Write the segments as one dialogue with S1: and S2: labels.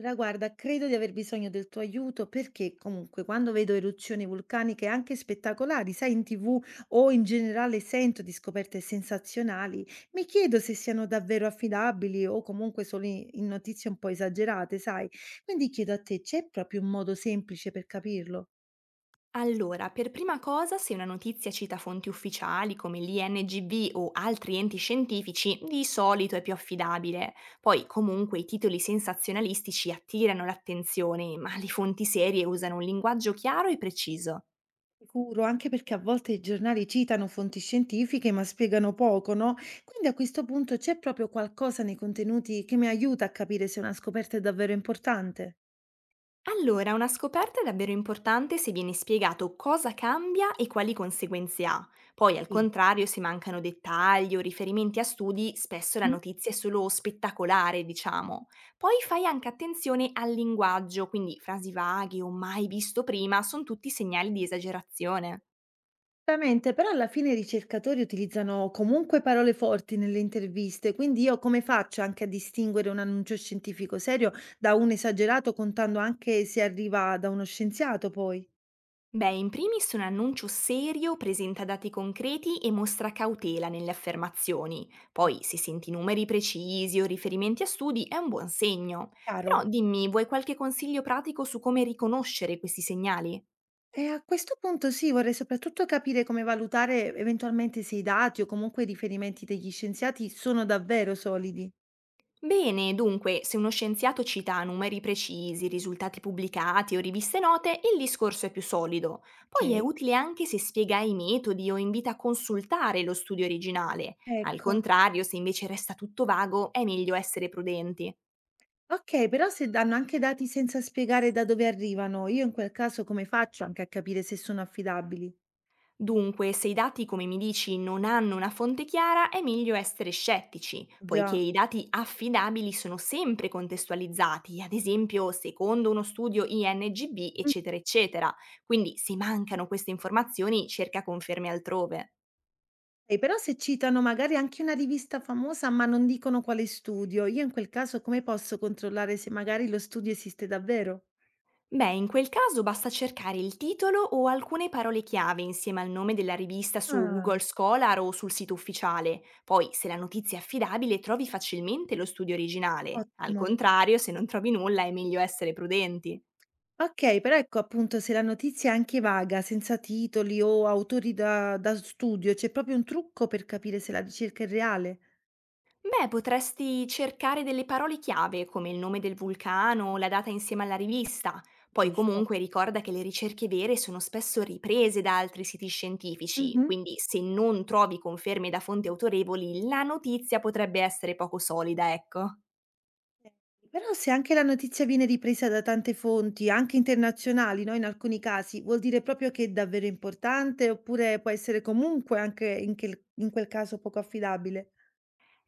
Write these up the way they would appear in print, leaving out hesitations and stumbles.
S1: Allora, guarda, credo di aver bisogno del tuo aiuto perché comunque quando vedo eruzioni vulcaniche anche spettacolari, sai, in TV o in generale sento di scoperte sensazionali, mi chiedo se siano davvero affidabili o comunque solo in notizie un po' esagerate, sai? Quindi chiedo a te, c'è proprio un modo semplice per capirlo?
S2: Allora, per prima cosa, se una notizia cita fonti ufficiali come l'INGB o altri enti scientifici, di solito è più affidabile. Poi, comunque, i titoli sensazionalistici attirano l'attenzione, ma le fonti serie usano un linguaggio chiaro e preciso.
S1: Sicuro, anche perché a volte i giornali citano fonti scientifiche ma spiegano poco, no? Quindi a questo punto c'è proprio qualcosa nei contenuti che mi aiuta a capire se una scoperta è davvero importante?
S2: Allora, una scoperta è davvero importante se viene spiegato cosa cambia e quali conseguenze ha. Poi, al contrario, se mancano dettagli o riferimenti a studi, spesso la
S1: Mh,
S2: notizia è solo spettacolare, diciamo. Poi fai anche attenzione al linguaggio, quindi frasi vaghe o mai visto prima sono tutti segnali di esagerazione.
S1: esattamente, però alla fine i ricercatori utilizzano comunque parole forti nelle interviste, quindi io come faccio anche a distinguere un annuncio scientifico serio da un esagerato, contando anche se arriva da uno scienziato poi?
S2: Beh, in primis un annuncio serio presenta dati concreti e mostra cautela nelle affermazioni. Poi, se senti numeri precisi o riferimenti a studi, è un buon segno.
S1: Chiaro.
S2: Però dimmi, vuoi qualche consiglio pratico su come riconoscere questi segnali?
S1: E a questo punto sì, vorrei soprattutto capire come valutare eventualmente se i dati o comunque i riferimenti degli scienziati sono davvero solidi.
S2: Bene, dunque, se uno scienziato cita numeri precisi, risultati pubblicati o riviste note, il discorso è più solido. Poi è
S1: Ok.
S2: utile anche se spiega i metodi o invita a consultare lo studio originale. Al
S1: Ecco.
S2: contrario, se invece resta tutto vago, è meglio essere prudenti.
S1: Okay, però se danno anche dati senza spiegare da dove arrivano, io in quel caso come faccio anche a capire se sono affidabili?
S2: Dunque, se i dati, come mi dici, non hanno una fonte chiara, è meglio essere scettici, poiché
S1: Già.
S2: i dati affidabili sono sempre contestualizzati, ad esempio secondo uno studio INGB, eccetera, eccetera. Quindi, se mancano queste informazioni, cerca conferme altrove.
S1: Okay, però se citano magari anche una rivista famosa, ma non dicono quale studio, io in quel caso come posso controllare se magari lo studio esiste davvero?
S2: Beh, in quel caso basta cercare il titolo o alcune parole chiave insieme al nome della rivista su
S1: Ah,
S2: Google Scholar o sul sito ufficiale. Poi, se la notizia è affidabile, trovi facilmente lo studio originale. Al
S1: ottimo.
S2: contrario, se non trovi nulla, è meglio essere prudenti.
S1: Okay, però ecco appunto se la notizia è anche vaga, senza titoli o autori da studio, c'è proprio un trucco per capire se la ricerca è reale?
S2: Beh, potresti cercare delle parole chiave come il nome del vulcano o la data insieme alla rivista. Poi
S1: Giusto.
S2: comunque ricorda che le ricerche vere sono spesso riprese da altri siti scientifici,
S1: Mh-mh.
S2: quindi se non trovi conferme da fonti autorevoli, la notizia potrebbe essere poco solida, ecco.
S1: Ok, però se anche la notizia viene ripresa da tante fonti, anche internazionali, no, in alcuni casi, vuol dire proprio che è davvero importante oppure può essere comunque anche in quel caso poco affidabile?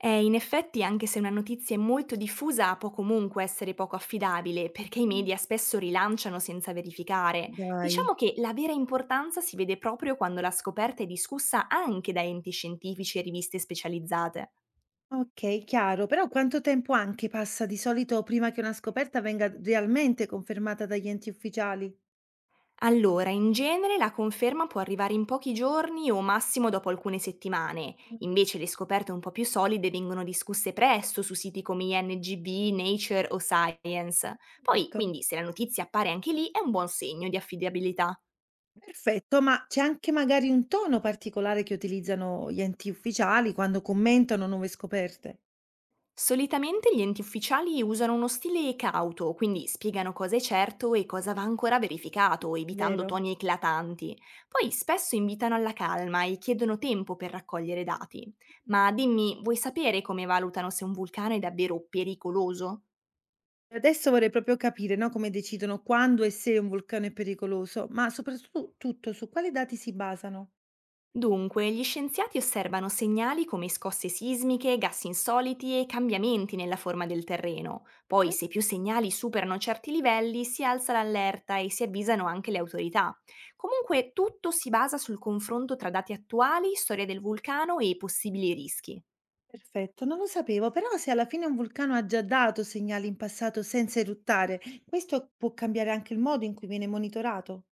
S2: In effetti, anche se una notizia è molto diffusa, può comunque essere poco affidabile, perché i
S1: Mm.
S2: media spesso rilanciano senza verificare.
S1: Dai.
S2: Diciamo che la vera importanza si vede proprio quando la scoperta è discussa anche da enti scientifici e riviste specializzate.
S1: Ok, chiaro, però quanto tempo anche passa di solito prima che una scoperta venga realmente confermata dagli enti ufficiali?
S2: Allora, in genere la conferma può arrivare in pochi giorni o massimo dopo alcune settimane,
S1: Mm.
S2: invece le scoperte un po' più solide vengono discusse presto su siti come INGB, Nature o Science. Poi,
S1: Certo.
S2: quindi, se la notizia appare anche lì è un buon segno di affidabilità.
S1: Perfetto, ma c'è anche magari un tono particolare che utilizzano gli enti ufficiali quando commentano nuove scoperte,
S2: Solitamente gli enti ufficiali usano uno stile cauto, quindi spiegano cosa è certo e cosa va ancora verificato, evitando
S1: vero?
S2: toni eclatanti. Poi spesso invitano alla calma e chiedono tempo per raccogliere dati. Ma dimmi, vuoi sapere come valutano se un vulcano è davvero pericoloso?
S1: Adesso vorrei proprio capire, no, come decidono quando e se un vulcano è pericoloso, ma soprattutto tutto su quali dati si basano.
S2: Dunque, gli scienziati osservano segnali come scosse sismiche, gas insoliti e cambiamenti nella forma del terreno. Poi,
S1: Mm?
S2: se più segnali superano certi livelli, si alza l'allerta e si avvisano anche le autorità. Comunque, tutto si basa sul confronto tra dati attuali, storia del vulcano e possibili rischi.
S1: Perfetto, non lo sapevo, però se alla fine un vulcano ha già dato segnali in passato senza eruttare, questo può cambiare anche il modo in cui viene monitorato.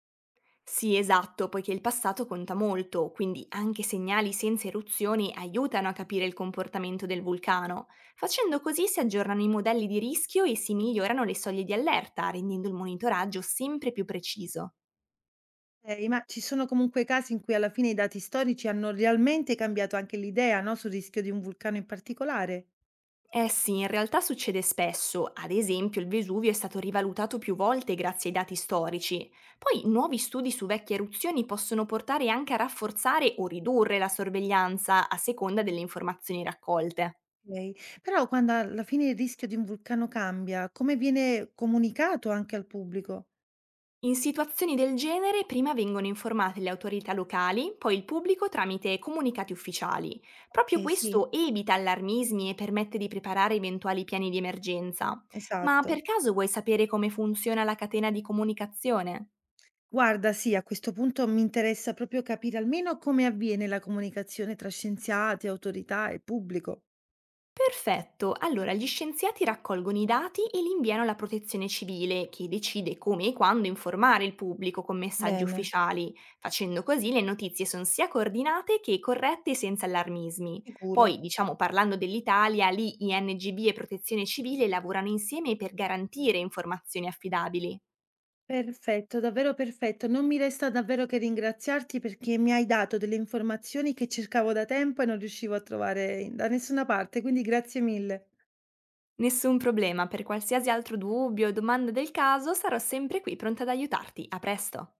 S2: Sì, esatto, poiché il passato conta molto, quindi anche segnali senza eruzioni aiutano a capire il comportamento del vulcano. Facendo così si aggiornano i modelli di rischio e si migliorano le soglie di allerta, rendendo il monitoraggio sempre più preciso.
S1: Ma ci sono comunque casi in cui alla fine i dati storici hanno realmente cambiato anche l'idea, no, sul rischio di un vulcano in particolare.
S2: Eh sì, in realtà succede spesso, ad esempio il Vesuvio è stato rivalutato più volte grazie ai dati storici. Poi nuovi studi su vecchie eruzioni possono portare anche a rafforzare o ridurre la sorveglianza a seconda delle informazioni raccolte.
S1: Ok, però quando alla fine il rischio di un vulcano cambia, come viene comunicato anche al pubblico?
S2: In situazioni del genere prima vengono informate le autorità locali, poi il pubblico tramite comunicati ufficiali.
S1: Ok,
S2: Proprio
S1: sì.
S2: questo evita allarmismi e permette di preparare eventuali piani di emergenza. Ma per
S1: Esatto.
S2: caso vuoi sapere come funziona la catena di comunicazione?
S1: Guarda, sì, a questo punto mi interessa proprio capire almeno come avviene la comunicazione tra scienziati, autorità e pubblico.
S2: Perfetto, allora gli scienziati raccolgono i dati e li inviano alla protezione civile, che decide come e quando informare il pubblico con messaggi
S1: Bene.
S2: ufficiali. Facendo così le notizie sono sia coordinate che corrette e senza allarmismi. Poi,
S1: Sicuro.
S2: diciamo, parlando dell'Italia, lì INGB e protezione civile lavorano insieme per garantire informazioni affidabili.
S1: Perfetto, davvero perfetto. Non mi resta davvero che ringraziarti perché mi hai dato delle informazioni che cercavo da tempo e non riuscivo a trovare in- da nessuna parte, quindi grazie mille.
S2: Nessun problema, per qualsiasi altro dubbio o domanda del caso sarò sempre qui pronta ad aiutarti. A presto!